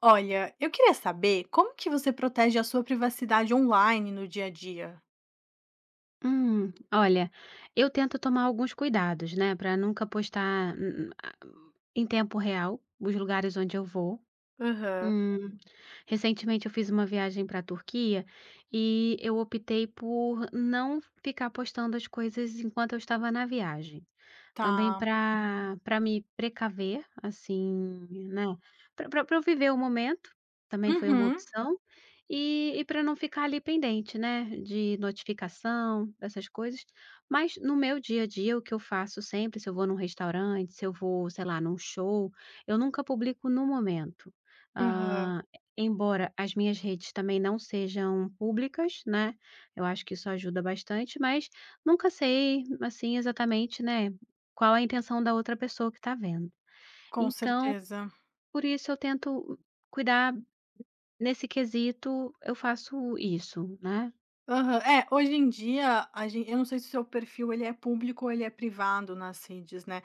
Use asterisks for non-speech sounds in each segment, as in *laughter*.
Olha, eu queria saber como que você protege a sua privacidade online no dia a dia? Olha, eu tento tomar alguns cuidados, né, para nunca postar em tempo real os lugares onde eu vou. Aham. Hum, Recentemente eu fiz uma viagem para a Turquia e eu optei por não ficar postando as coisas enquanto eu estava na viagem. Também Tá. para me precaver, assim, né, para pra eu viver o momento, também foi uma Uhum. opção, e para não ficar ali pendente, né, de notificação, essas coisas. Mas no meu dia a dia, o que eu faço sempre, se eu vou num restaurante, se eu vou, sei lá, num show, eu nunca publico no momento. Aham. Hã, Embora as minhas redes também não sejam públicas, né, eu acho que isso ajuda bastante, mas nunca sei, assim, exatamente, né, qual a intenção da outra pessoa que está vendo. Com Então, certeza. por isso eu tento cuidar nesse quesito, eu faço isso, né. Aham. É, hoje em dia, a gen eu não sei se o seu perfil ele é público ou ele é privado nas redes, né,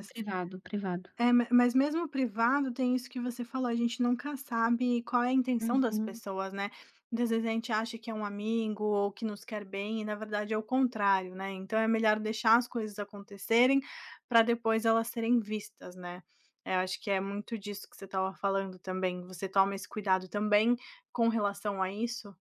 É privado, privado. É, ma mas mesmo o privado tem isso que você falou, a gente nunca sabe qual é a intenção das Uhum. pessoas, né. Muitas vezes a gente acha que é um amigo ou que nos quer bem e na verdade é o contrário, né, então é melhor deixar as coisas acontecerem para depois elas serem vistas, né. É, eu acho que é muito disso que você estava falando também. Você toma esse cuidado também com relação a isso?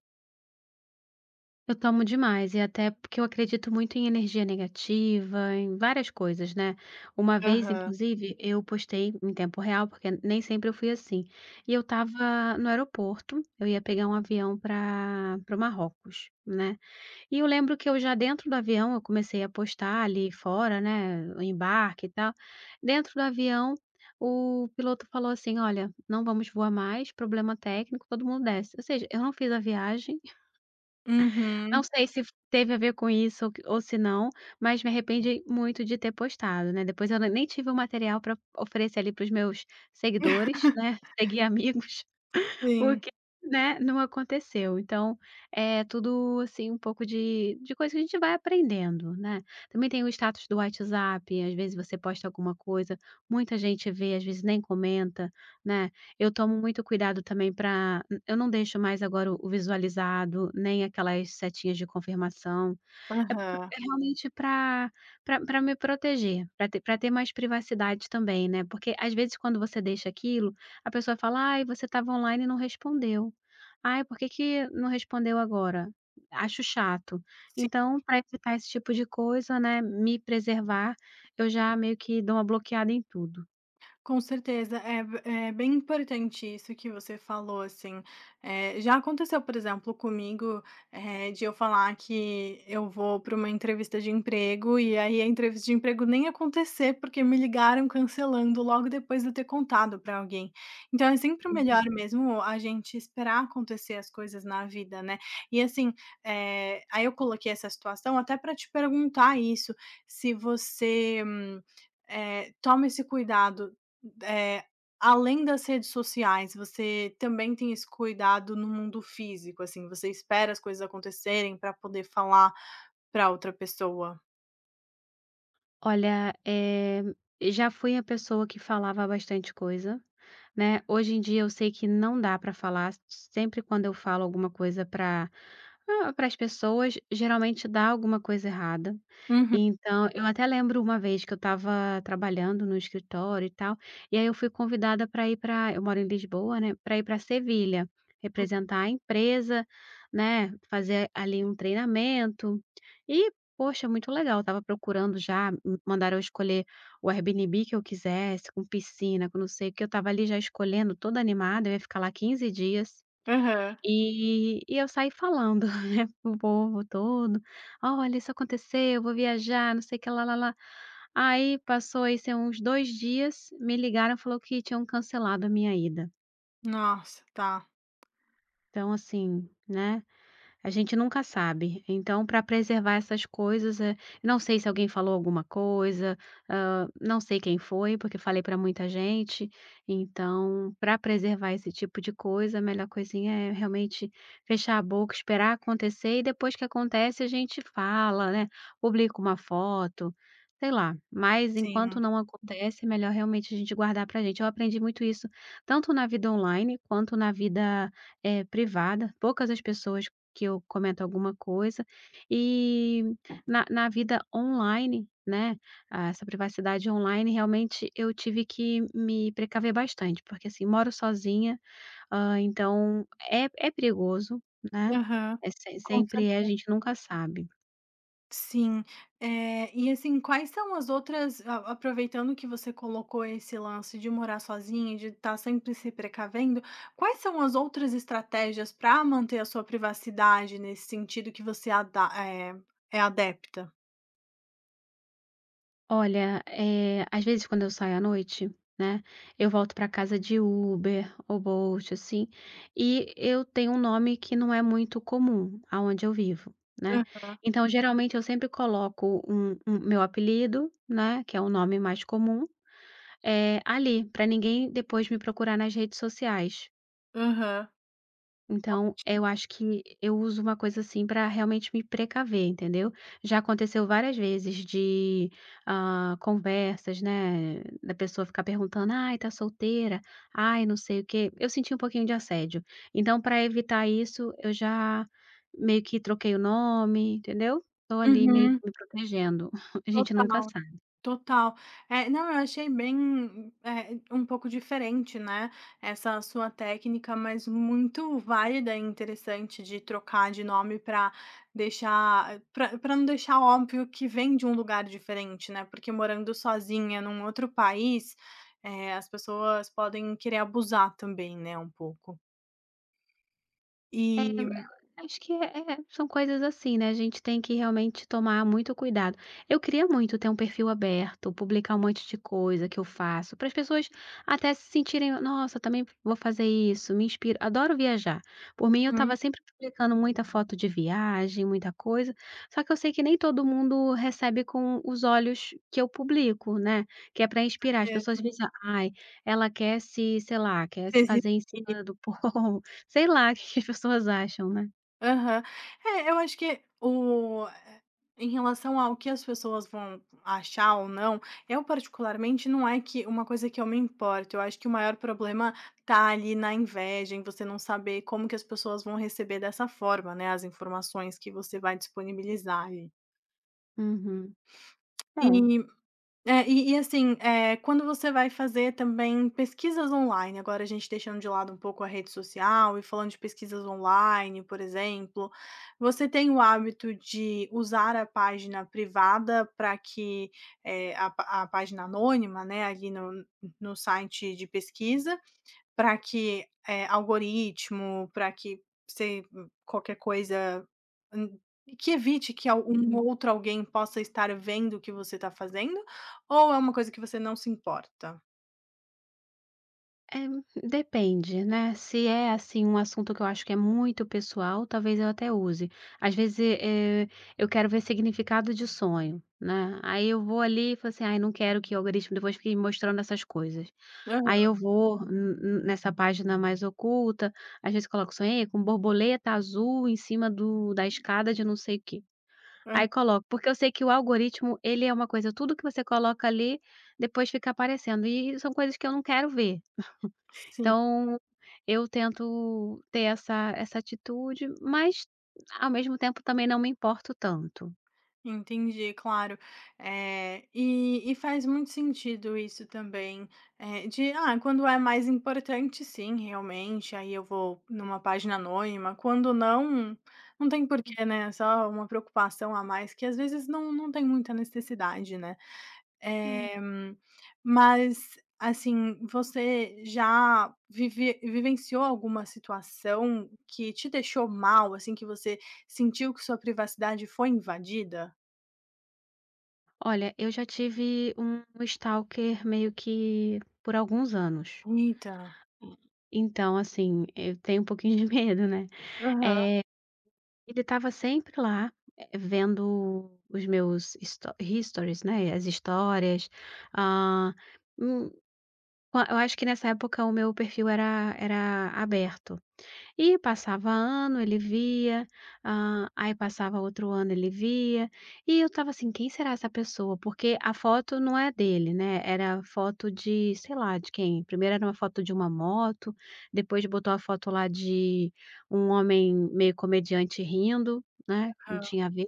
Eu tomo demais e até porque eu acredito muito em energia negativa, em várias coisas, né. Uma vez, Aham. inclusive, eu postei em tempo real, porque nem sempre eu fui assim, e eu estava no aeroporto, eu ia pegar um avião para o Marrocos, né. E eu lembro que eu já dentro do avião, eu comecei a postar ali fora, né, o embarque e tal. Dentro do avião, o piloto falou assim: "Olha, não vamos voar mais, problema técnico, todo mundo desce". Ou seja, eu não fiz a viagem, *laughs* não Uhum. sei se teve a ver com isso ou que ou se não, mas me arrependi muito de ter postado, né. Depois eu nem tive o material para oferecer ali para os meus seguidores, *laughs* né, *laughs* seguir amigos. Sim. Porque, né, não aconteceu. Então, é tudo, assim, um pouco de coisa que a gente vai aprendendo, né. Também tem o status do WhatsApp, às vezes você posta alguma coisa, muita gente vê, às vezes nem comenta, né. Eu tomo muito cuidado também para eu não deixo mais agora o visualizado, nem aquelas setinhas de confirmação. É p Aham. É realmente para me proteger, para ter mais privacidade também, né, porque às vezes quando você deixa aquilo, a pessoa fala: "Ai, você estava online e não respondeu. Ai, por que que não respondeu agora?". Acho chato. Então, para evitar esse tipo de coisa, né, me preservar, eu já meio que dou uma bloqueada em tudo. Com certeza, é b é bem importante isso que você falou, assim, já aconteceu, por exemplo, comigo, de eu falar que eu vou para uma entrevista de emprego, e aí a entrevista de emprego nem acontecer, porque me ligaram cancelando logo depois de eu ter contado para alguém. Então é sempre melhor Uhum. mesmo a gente esperar acontecer as coisas na vida, né. E assim, aí eu coloquei essa situação até para te perguntar isso, se você, toma esse cuidado eh, além das redes sociais. Você também tem esse cuidado no mundo físico, assim? Você espera as coisas acontecerem para poder falar para outra pessoa? Olha, já fui a pessoa que falava bastante coisa. Né, hoje em dia eu sei que não dá para falar, sempre quando eu falo alguma coisa para para as pessoas geralmente dá alguma coisa errada. Uhum. Então, eu até lembro uma vez que eu estava trabalhando no escritório e tal, e aí eu fui convidada para ir para eu moro em Lisboa, né, para ir para Sevilha, representar a empresa, né, fazer ali um treinamento. E, poxa, muito legal, eu estava procurando já, m mandaram eu escolher o Airbnb que eu quisesse, com piscina, com não sei o quê, eu estava ali já escolhendo, toda animada, eu ia ficar lá 15 dias. Aham. E eu saí falando, *laughs* né, para povo todo: "Olha, isso aconteceu, eu vou viajar, não sei o que lá, lá, lá". Aí passou isso uns 2 dias, me ligaram, falou que tinham cancelado a minha ida. Nossa, tá. Então assim, né? A gente nunca sabe. Então, para preservar essas coisas, não sei se alguém falou alguma coisa, não sei quem foi, porque falei para muita gente. Então, para preservar esse tipo de coisa, a melhor coisinha é realmente fechar a boca, esperar acontecer e depois que acontece a gente fala, né, publica uma foto, sei lá. Mas Sim. enquanto não acontece, é melhor realmente a gente guardar para gente. Eu aprendi muito isso tanto na vida online quanto na vida, privada. Poucas as pessoas que eu comento alguma coisa. E na vida online, né, ah, essa privacidade online, realmente eu tive que me precaver bastante, porque, assim, moro sozinha, então é perigoso, né, Aham. é se Com… sempre é, a gente nunca sabe. Sim. Eh, e assim, quais são as outras… a aproveitando que você colocou esse lance de morar sozinha, de estar sempre se precavendo, quais são as outras estratégias para manter a sua privacidade nesse sentido que você é adepta? Olha, às vezes quando eu saio à noite, né, eu volto para casa de Uber ou Bolt, assim, e eu tenho um nome que não é muito comum aonde eu vivo, né. Hã. Então, geralmente, eu sempre coloco um meu apelido, né, que é o nome mais comum, ali, para ninguém depois me procurar nas redes sociais. Aham. Então, eu acho que eu uso uma coisa assim para realmente me precaver, entendeu. Já aconteceu várias vezes de, conversas, né, da pessoa ficar perguntando: "Ai, tá solteira? Ai, não sei o quê". Eu senti um pouquinho de assédio. Então, para evitar isso, eu já meio que troquei o nome, entendeu. Tô ali meio que Uhum. me protegendo. *laughs* A gente nunca Total. sabe. Total. É, não, eu achei bem, um pouco diferente, né, essa sua técnica, mas muito válida e interessante de trocar de nome para deixar… para não deixar óbvio que vem de um lugar diferente, né, porque morando sozinha num outro país, as pessoas podem querer abusar também, né, um pouco. É, E acho que é são coisas assim, né, a gente tem que realmente tomar muito cuidado. Eu queria muito ter um perfil aberto, publicar um monte de coisa que eu faço, para as pessoas até se sentirem: "Nossa, também vou fazer isso", me inspiro adoro viajar. Por mim, eu estava uhum, sempre publicando muita foto de viagem, muita coisa, só que eu sei que nem todo mundo recebe com os olhos que eu publico, né, que é para inspirar. As é, pessoas pensam: "Ai, ela quer se", sei lá, "quer se fazer em cima do *laughs* pão, sei lá, *laughs* o que que as pessoas acham, né. aham. É, eu acho que em relação ao que as pessoas vão achar ou não, eu particularmente não é que uma coisa que eu me importo. Eu acho que o maior problema tá ali na inveja, em você não saber como que as pessoas vão receber dessa forma, né, as informações que você vai disponibilizar ali. Uhum. É. É, e assim, quando você vai fazer também pesquisas online, agora a gente deixando de lado um pouco a rede social e falando de pesquisas online, por exemplo, você tem o hábito de usar a página privada para que, a página anônima, né, ali no site de pesquisa, para que, algoritmo, para que… se qualquer coisa, hum, que evite que al um Hum, outro alguém possa estar vendo o que você está fazendo, ou é uma coisa que você não se importa? eh, Depende, né, se é, assim, um assunto que eu acho que é muito pessoal, talvez eu até use. Às vezes, eu quero ver significado de sonho, né, aí eu vou ali e falo assim: "Ai, não quero que o algoritmo depois fique me mostrando essas coisas". Aham, Aí eu vou n n nessa página mais oculta, às vezes coloco: "Sonhei com borboleta azul em cima do da escada de não sei o quê". hã, Aí coloco, porque eu sei que o algoritmo, ele é uma coisa, tudo que você coloca ali, depois fica aparecendo, e são coisas que eu não quero ver. sim. Então, eu tento ter essa atitude, mas ao mesmo tempo também não me importo tanto. Entendi, claro. Eh, e faz muito sentido isso também, de, ah, quando é mais importante sim, realmente, aí eu vou numa página anônima, quando não, não tem porquê, né, só uma preocupação a mais que às vezes não tem muita necessidade, né. Uhum. Eh, mas, assim, você já vivenciou alguma situação que te deixou mal, assim, que você sentiu que sua privacidade foi invadida? Olha, eu já tive um stalker meio que por alguns anos. Eita. Então, assim, eu tenho um pouquinho de *laughs* medo, né. Aham, Ele estava sempre lá, vendo os meus histo stories, né, as histórias, Ah, hum, eu acho que nessa época o meu perfil era aberto. E passava ano, ele via, aí passava outro ano, ele via, e eu estava assim: "Quem será essa pessoa?", porque a foto não é dele, né, era foto de sei lá de quem, primeiro era uma foto de uma moto, depois botou a foto lá de um homem meio comediante rindo, né, que não aham. tinha a ver.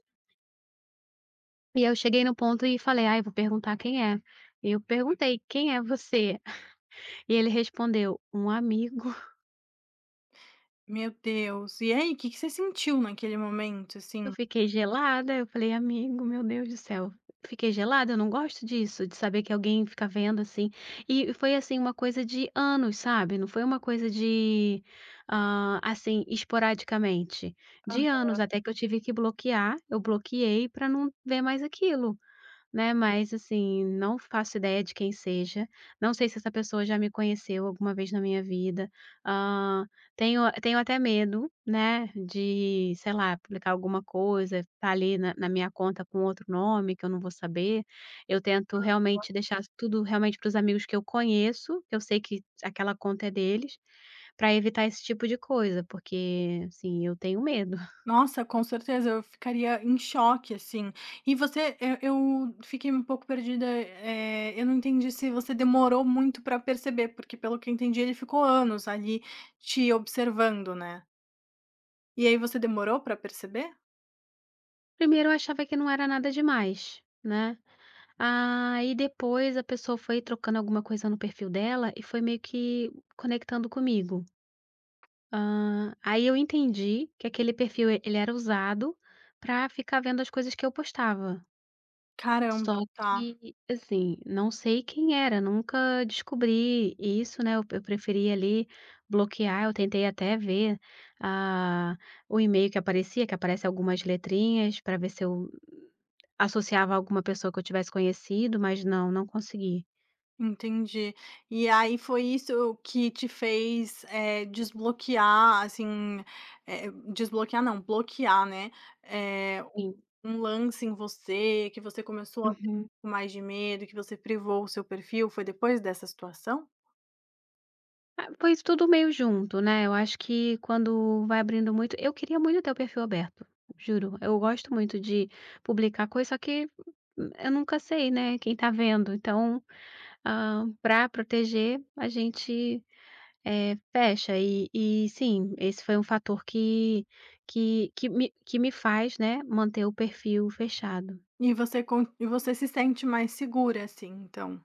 E eu cheguei no ponto e falei: ah, eu vou perguntar quem é". Eu perguntei: "Quem é você?". *laughs* E ele respondeu: "Um amigo". Meu Deus. E aí, o que que você sentiu naquele momento, Eu assim? fiquei gelada, eu falei: "Amigo, meu Deus do céu". Fiquei gelada, eu não gosto disso, de saber que alguém fica vendo, assim. E foi, assim, uma coisa de anos, sabe, não foi uma coisa de, assim, esporadicamente. De anos, até que eu tive que bloquear, eu bloqueei para não ver mais aquilo. Né, mas assim, não faço ideia de quem seja, não sei se essa pessoa já me conheceu alguma vez na minha vida, hã, tenho até medo, né, de, sei lá, publicar alguma coisa, tá ali na minha conta com outro nome que eu não vou saber, eu tento realmente deixar tudo realmente para os amigos que eu conheço, que eu sei que aquela conta é deles, para evitar esse tipo de coisa, porque, assim, eu tenho medo. Nossa, com certeza eu ficaria em choque, assim. E você… eu fiquei um pouco perdida, eu não entendi se você demorou muito pra perceber, porque pelo que eu entendi ele ficou anos ali te observando, né. E aí você demorou pra perceber? Primeiro eu achava que não era nada demais, né. Ah, e depois a pessoa foi trocando alguma coisa no perfil dela e foi meio que conectando comigo. Ah, aí eu entendi que aquele perfil e ele era usado para ficar vendo as coisas que eu postava. Caramba, Só tá. que, assim, não sei quem era, nunca descobri isso, né, eu preferi ali bloquear, eu tentei até ver, ah, o e-mail que aparecia, que aparece algumas letrinhas para ver se eu associava a alguma pessoa que eu tivesse conhecido, mas não, não consegui. Entendi. E aí foi isso que te fez, desbloquear, assim, desbloquear não, bloquear, né, eh, Sim. um lance em você, que você começou a ter Uhum. um pouco mais de medo, que você privou o seu perfil? Foi depois dessa situação? Ah, foi isso tudo meio junto, né, eu acho que quando vai abrindo muito eu queria muito ter o perfil aberto, juro. Eu gosto muito de publicar coisa, só que eu nunca sei, né, quem tá vendo. Então, pra proteger, a gente, fecha. E sim, esse foi um fator que me faz, né, manter o perfil fechado. E você con… e você se sente mais segura, assim, então?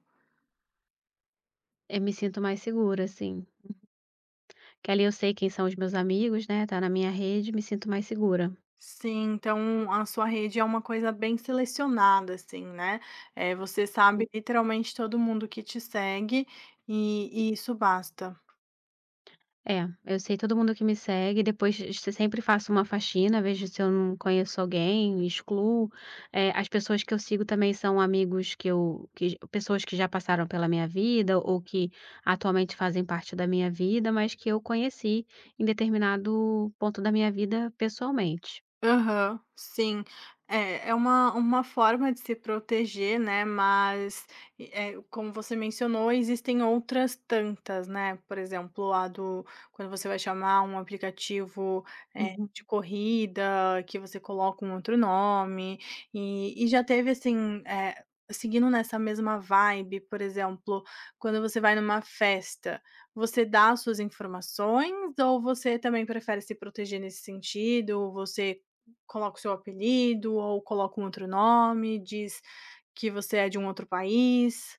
Eu me sinto mais segura, assim, que ali eu sei quem são os meus amigos, né, tá na minha rede, me sinto mais segura. Sim, então a sua rede é uma coisa bem selecionada, assim, né, você sabe literalmente todo mundo que te segue, e isso basta. É, eu sei todo mundo que me segue, depois se sempre faço uma faxina, vejo se eu não conheço alguém, excluo. Eh, as pessoas que eu sigo também são amigos que pessoas que já passaram pela minha vida ou que atualmente fazem parte da minha vida, mas que eu conheci em determinado ponto da minha vida pessoalmente. Aham, sim. É é uma forma de se proteger, né, mas, como você mencionou, existem outras tantas, né, por exemplo, a do… quando você vai chamar um aplicativo, de corrida, que você coloca um outro nome, e já teve assim, seguindo nessa mesma vibe, por exemplo, quando você vai numa festa, você dá as suas informações ou você também prefere se proteger nesse sentido? Você coloca o seu apelido ou coloca um outro nome, diz que você é de um outro país.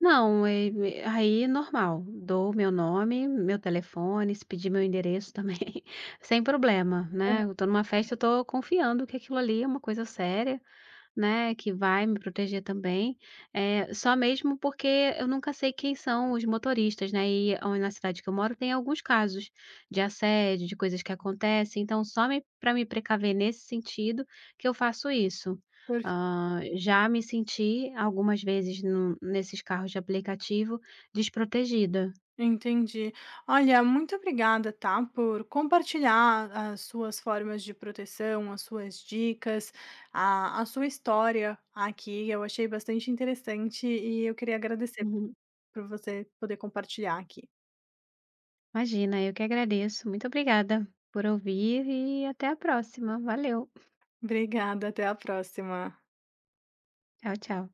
Não, eh, me aí é normal, dou meu nome, meu telefone, se pedir meu endereço também, *laughs* sem problema, né, eu tô numa festa, eu tô confiando que aquilo ali é uma coisa séria, né, que vai me proteger também, só mesmo porque eu nunca sei quem são os motoristas, né, e on na cidade que eu moro tem alguns casos de assédio, de coisas que acontecem, então só para me precaver nesse sentido que eu faço isso. Perfe Já me senti algumas vezes num nesses carros de aplicativo desprotegida. Entendi. Olha, muito obrigada, tá, por compartilhar as suas formas de proteção, as suas dicas, a sua história aqui. Eu achei bastante interessante e eu queria agradecer Uhum. por você poder compartilhar aqui. Imagina, eu que agradeço. Muito obrigada por ouvir e até a próxima. Valeu. Obrigada, até a próxima. Tchau, tchau.